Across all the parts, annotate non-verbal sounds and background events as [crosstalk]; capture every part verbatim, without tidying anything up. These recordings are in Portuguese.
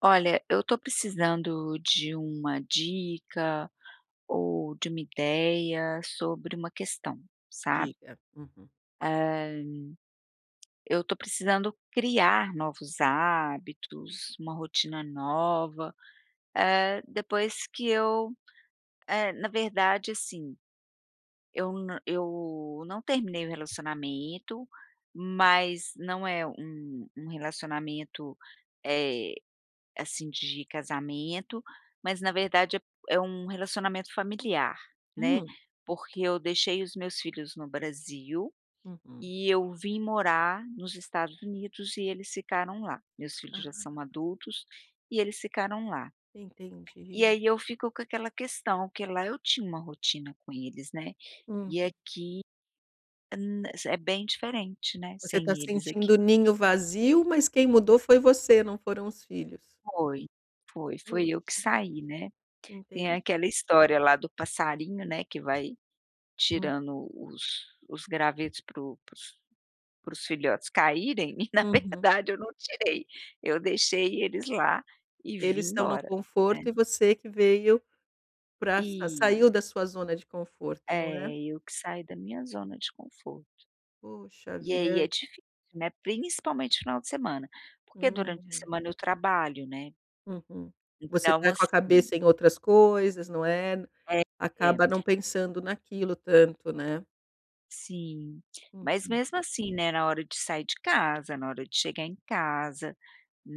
Olha, eu tô precisando de uma dica ou de uma ideia sobre uma questão, sabe? Diga. Uhum. Eh, eu tô precisando criar novos hábitos, uma rotina nova, eh, depois que eu, eh, na verdade, assim, eu n eu não terminei o relacionamento, mas não é um um relacionamento, eh assim, de casamento, mas na verdade é é um relacionamento familiar, né, Hum, porque eu deixei os meus filhos no Brasil uhum. e eu vim morar nos Estados Unidos e eles ficaram lá. Meus filhos já Ah, são adultos e eles ficaram lá. E entendi. aí eu fico com aquela questão, que lá eu tinha uma rotina com eles, né, e Uhum. aqui n é bem diferente, né, Você está sem eles sentindo o aqui. ninho vazio, mas quem mudou foi você, não foram os filhos. Foi, foi, foi eu que Poxa, saí, né. Tem entendi. aquela história lá do passarinho, né, que vai Hum, tirando os os gravetos para os filhotes caírem [laughs] e na uhum. verdade eu não tirei, eu deixei eles lá e Eles vim estão no embora, né. conforto e você que veio para saiu da Isso, sua zona de conforto, não é? é, eu que saí da minha zona de conforto. Poxa E aí é vida. difícil, né, principalmente final de semana, porque durante a Hum, semana eu trabalho, né, uhum. Você então está com a assim, cabeça em outras coisas, não é? é, é, Acaba não pensando naquilo tanto, né? sim, mas Uhum, mesmo assim, né, na hora de sair de casa, na hora de chegar em casa,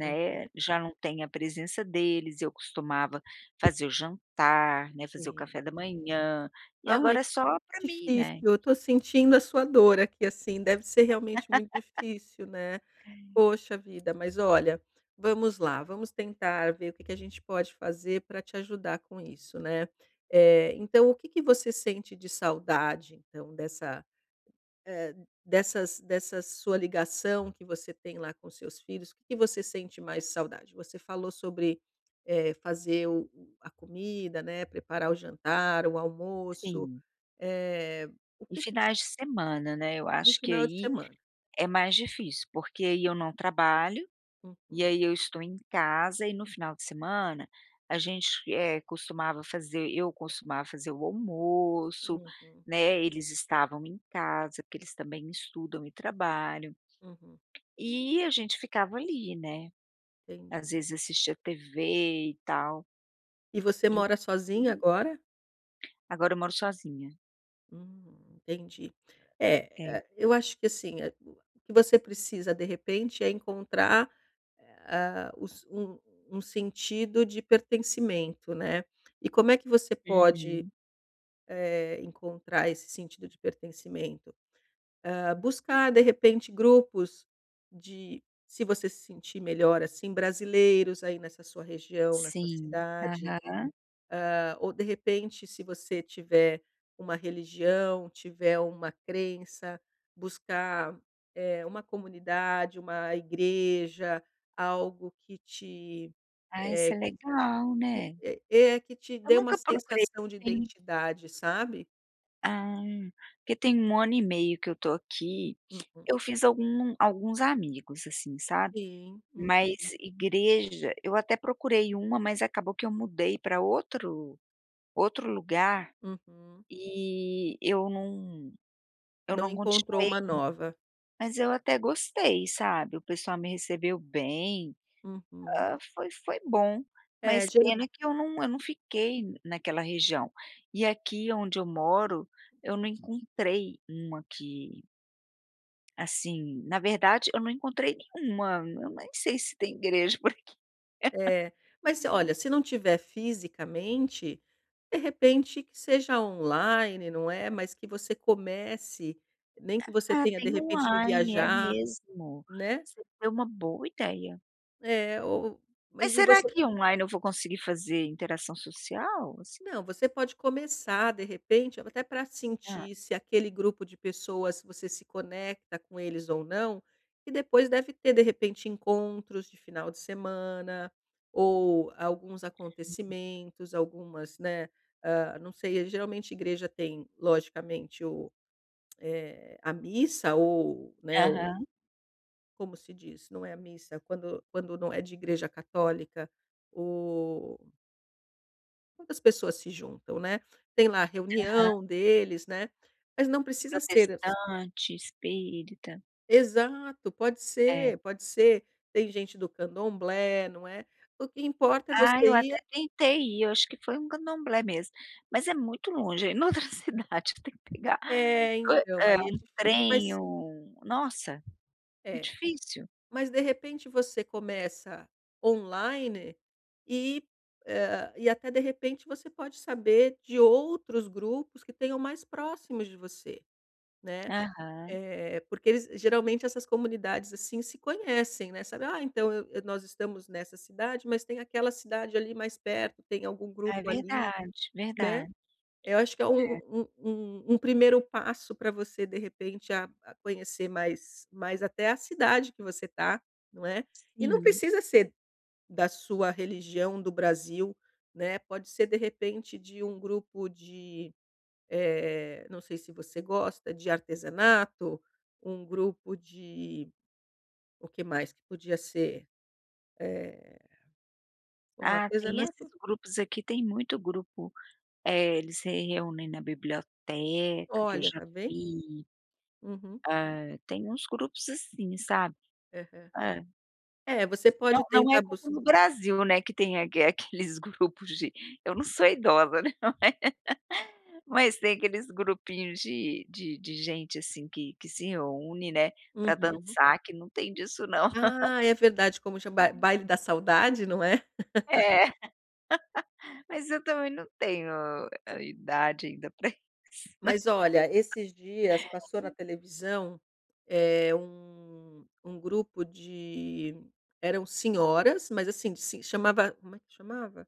hum, já não tem a presença deles, eu costumava fazer o jantar, né, fazer o sim. café da manhã, e Ah. agora é só para mim, Difícil, né. eu tô sentindo a sua dor aqui, assim, deve ser realmente muito difícil, né. Poxa vida, mas olha, vamos lá, vamos tentar ver o que que a gente pode fazer para te ajudar com isso, né. Eh, então o que que você sente de saudade, então, dessa eh, dessas dessa sua ligação que você tem lá com seus filhos, o que que você sente mais saudade? Você falou sobre, eh, fazer o o a comida, né, preparar o jantar, o almoço, Sim. eh, o E que que te finais de semana, né, eu de acho que final de aí semana. é mais difícil, porque aí eu não trabalho. E Uhum, aí eu estou em casa e no final de semana a gente, eh, costumava fazer eu costumava fazer o almoço, uhum, né, eles estavam em casa, porque eles também estudam e trabalham, uhum, e a gente ficava ali, né, às entendi. vezes assistia T V e tal. E você E mora sozinha agora? agora eu moro sozinha. Hum, entendi. É, É. eh, eu acho que assim, eh, o que você precisa de repente é encontrar. Ah, os um um sentido de pertencimento, né. E como é que você pode, Uhum. eh, encontrar esse sentido de pertencimento? Ah, buscar, de repente, grupos de, se você se sentir melhor, assim, brasileiros aí nessa sua região, na sua Sim. cidade, Aham. ou de repente, se você tiver uma religião, tiver uma crença, buscar, eh, uma comunidade, uma igreja, algo que te, Ah, isso é eh legal, né. eh eh, que te Eu dê uma nunca procurei, eu sensação de tenho identidade, sabe? ah, porque tem um ano e meio que eu tô aqui, Uhum. eu fiz algum alguns amigos, assim, sabe. Sim, uhum, Mas igreja, eu até procurei uma, mas acabou que eu mudei para outro outro lugar uhum. e eu não eu Não não encontrou continuei, uma nova. mas eu até gostei, sabe. O pessoal me recebeu bem, Uhum. ah, foi foi bom, É, mas pena que eu não eu não fiquei naquela região. E aqui onde eu moro, eu não encontrei uma que assim, na verdade eu não encontrei nenhuma, eu nem sei se tem igreja por aqui. É, mas olha, se não tiver fisicamente, de repente que seja online, não é? Mas que você comece, nem que você Ah, tenha de tem repente que online, é viajar, mesmo. né? Você deu uma boa ideia. É, ou Mas mas e será você. que online eu vou conseguir fazer interação social, assim? Não, você pode começar, de repente, até para Ah, sentir se aquele grupo de pessoas você se conecta com eles ou não, e depois deve ter, de repente, encontros de final de semana, ou alguns acontecimentos, algumas, né? Ah, não sei, geralmente igreja tem, logicamente, o, eh, a missa, ou, né, o, aham, como se diz, não é a missa, quando, quando não é de igreja católica. Quantas pessoas se juntam, né. Tem lá a aham. reunião deles, né, mas não precisa ser as. Protestante, espírita. Exato, pode É. ser, pode ser. Tem gente do candomblé, não é. O que importa é Ah, você eu até ir. tentei ir, eu acho que foi um candomblé mesmo, mas é muito longe, é em outra [laughs] cidade, tem que pegar, É, eh, então, é, aí é um difícil. trem, Mas um nossa, é é, difícil. mas de repente você começa online e, hã, e até de repente você pode saber de outros grupos que tenham mais próximos de você, né. Aham. Eh, porque eles geralmente, essas comunidades, assim, se conhecem, né, sabe: "Ah, então eu eu nós estamos nessa cidade, mas tem aquela cidade ali mais perto, tem algum É grupo ali", verdade, né. verdade, Eu acho que é um um um um primeiro passo para você, de repente, a a conhecer mais mais até a cidade que você tá, não é. E não sim. precisa ser da sua religião, do Brasil, né, pode ser, de repente, de um grupo de, eh, não sei se você gosta de artesanato, um grupo de, o que mais que podia ser? Eh, bom, Ah, tem esses artesanato, grupos aqui, tem muito grupo, eh, eles se reúnem na biblioteca, que eu olha, já tá bem? vi, Uhum, eh, tem uns grupos assim, sabe. aham. É. É, você Não pode não é tentar como buscar. no Brasil, né, que tem aque [laughs] aqueles grupos de eu não sou idosa, né, [laughs] mas tem aqueles grupinhos de de de gente, assim, que que se reúne, né, pra dançar, que não tem disso não. Ah, é verdade, como chama, ba baile da saudade, não é? [laughs] É, mas eu também não tenho a idade ainda pra isso. Mas olha, esses dias passou na televisão, eh, um um grupo de, eram senhoras, mas assim, de, se chamava, como é que chamava?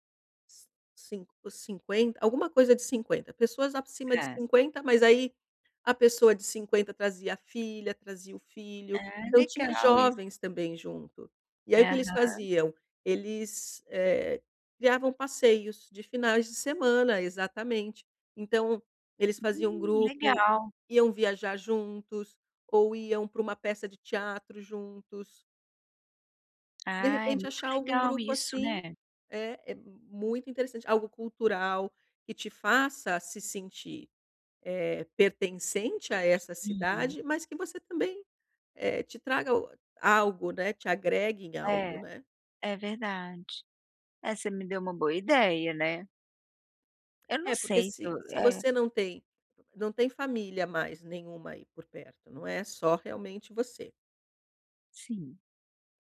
Cinco Cinquenta, alguma coisa de cinquenta, pessoas acima de É. cinquenta, mas aí a pessoa de cinquenta trazia a filha, trazia o filho, Ah, então tinha legal isso. jovens também junto. E aí o que eles Aham. faziam? Eles, eh, criavam passeios de finais de semana, exatamente. Então eles faziam um Hum, grupo, legal. iam viajar juntos, ou iam para uma peça de teatro juntos. De Ah, é repente muito achar algum legal grupo isso, assim, né. é é muito interessante, algo cultural que te faça se sentir, eh, pertencente a essa Sim. cidade, mas que você também, eh, te traga o algo, né, te agregue em algo, É, né. é verdade. É, você me deu uma boa ideia, né. Eu não É, porque sei se se eu, se é, você não tem não tem família mais nenhuma aí por perto, não é, só realmente você. sim,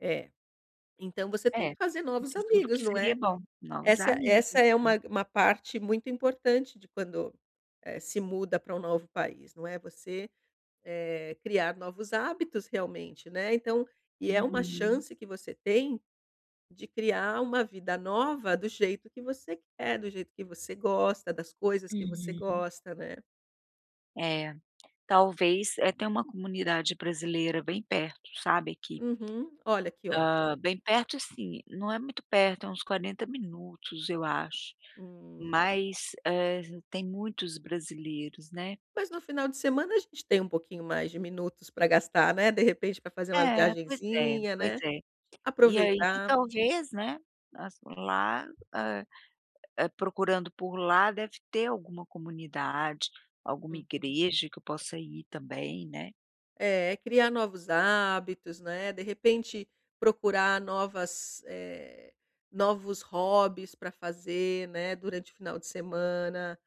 É, então você tem é. que fazer novos Esses grupos amigos, não seria é? bom. Novos Essa essa amigos, é né. uma uma parte muito importante de quando, eh, se muda para um novo país, não é, você, eh, criar novos hábitos realmente, né, então, e é uma Uhum, chance que você tem de criar uma vida nova do jeito que você quer, do jeito que você gosta, das coisas que você uhum. gosta, né. É, talvez, é ter uma comunidade brasileira bem perto, sabe, aqui. Uhum. Olha que Ah, ótimo. bem perto assim, não é muito perto, é uns quarenta minutos, eu acho. Hum. Mas, eh, tem muitos brasileiros, né. Mas no final de semana a gente tem um pouquinho mais de minutos para gastar, né, de repente para fazer uma É, pois é, viagenzinha, pois né, é. E aí aproveitar. talvez, né, as lá, hã, eh, procurando por lá deve ter alguma comunidade, alguma Uhum. igreja que eu possa ir também, né. É, criar novos hábitos, né, de repente procurar novas, eh, novos hobbies para fazer, né, durante o final de semana,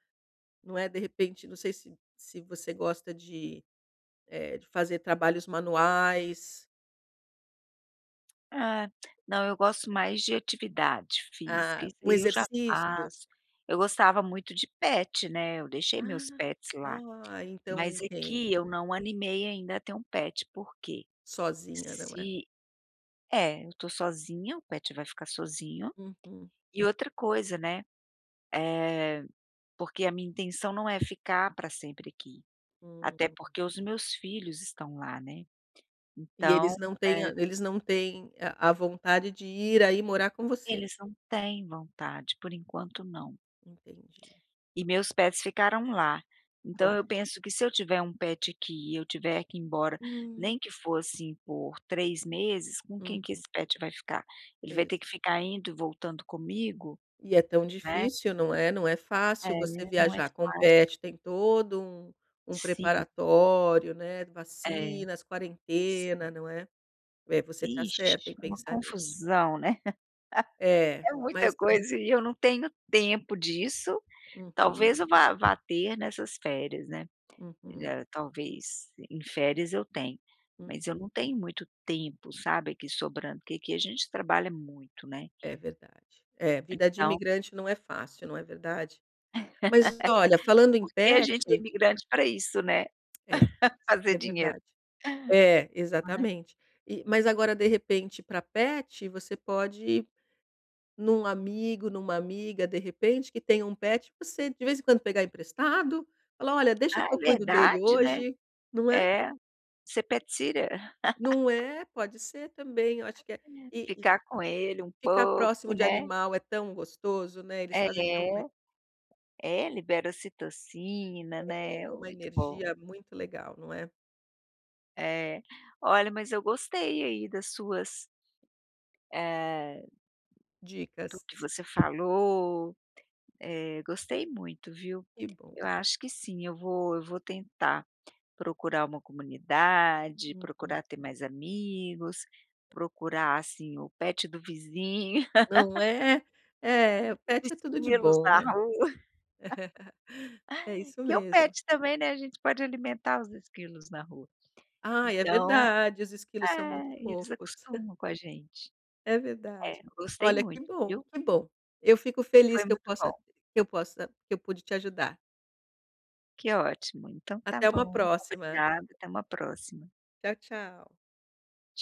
não é, de repente, não sei se se você gosta de, eh, de fazer trabalhos manuais, É, não, eu gosto mais de atividade física, ah, isso um aí eu já exercício. faço. Eu gostava muito de pet, né, eu deixei meus Ah, pets lá, ah, então eu mas entendo, aqui eu não animei ainda a ter um pet, porque sozinha, não é? Se é, eu tô sozinha, o pet vai ficar sozinho. Uhum, E outra coisa, né. É porque a minha intenção não é ficar para sempre aqui, até hum. porque os meus filhos estão lá, né. E Então, eles não têm a eh, Eles não têm a a vontade de ir aí morar com você. eles não têm vontade, por enquanto não. Entendi, E meus pets ficaram lá, então eu claro. penso que se eu tiver um pet aqui e eu tiver que ir embora, Hum, nem que fosse assim por três meses, com quem que uhum, esse pet vai ficar? Ele vai ter que exato. ficar indo e voltando comigo, E é tão né. difícil, não é, não é fácil você É, não é viajar com fácil. pet, tem todo um um Sim, preparatório, né, é, vacinas, sim. quarentena, não é. É, você está certa Ixi, em é uma pensar nisso. confusão, né. [laughs] É, É muita mas, coisa e eu não tenho tempo disso, uhum, talvez eu vá vá ter nessas férias, né, uhum, eh, talvez, em férias eu tenho, mas eu uhum, não tenho muito tempo, sabe, aqui sobrando, porque aqui a gente trabalha muito, né, é verdade. É, vida de então imigrante não é fácil, não é verdade? Mas olha, falando em porque a pet, gente é imigrante para isso, né, é, [laughs] fazer é dinheiro, verdade. É, né. exatamente. E mas agora, de repente, para pet, você pode. Num amigo, numa amiga, de repente, que tenha um pet, você de vez em quando pegar emprestado, falar: "Olha, deixa Ah, que é eu cuido dele verdade, né. hoje", não é? É, ser pet sitter, Não é? Pode ser também, eu acho que é, [laughs] e e ficar com ele um ficar pouco, próximo de né. animal é tão gostoso, né, eles fazem tão bem, É. É, libera ocitocina, né, é uma muito bom. energia muito legal, não é? É. Olha, mas eu gostei aí das suas, eh, do Dicas, que você falou, eh, gostei muito, viu. que bom. Eu acho que sim, eu vou eu vou tentar procurar uma comunidade, Uhum. procurar ter mais amigos, procurar, assim, o pet do vizinho, Não é? [laughs] É, os pet é tudo de esquilos bom, na né? rua, É isso que é o mesmo. pet também, né, a gente pode alimentar os esquilos na rua. Ai, é Então, verdade, os esquilos são muito é, eles fofos. acostumam com a gente. É É, verdade. gostei Olha, que muito, bom, viu? que bom. Eu fico feliz Foi que eu muito bom. possa que eu possa que eu pude te ajudar. Que ótimo. Então tá Até uma bom. próxima. Obrigada, até uma próxima. Tchau, tchau. Tchau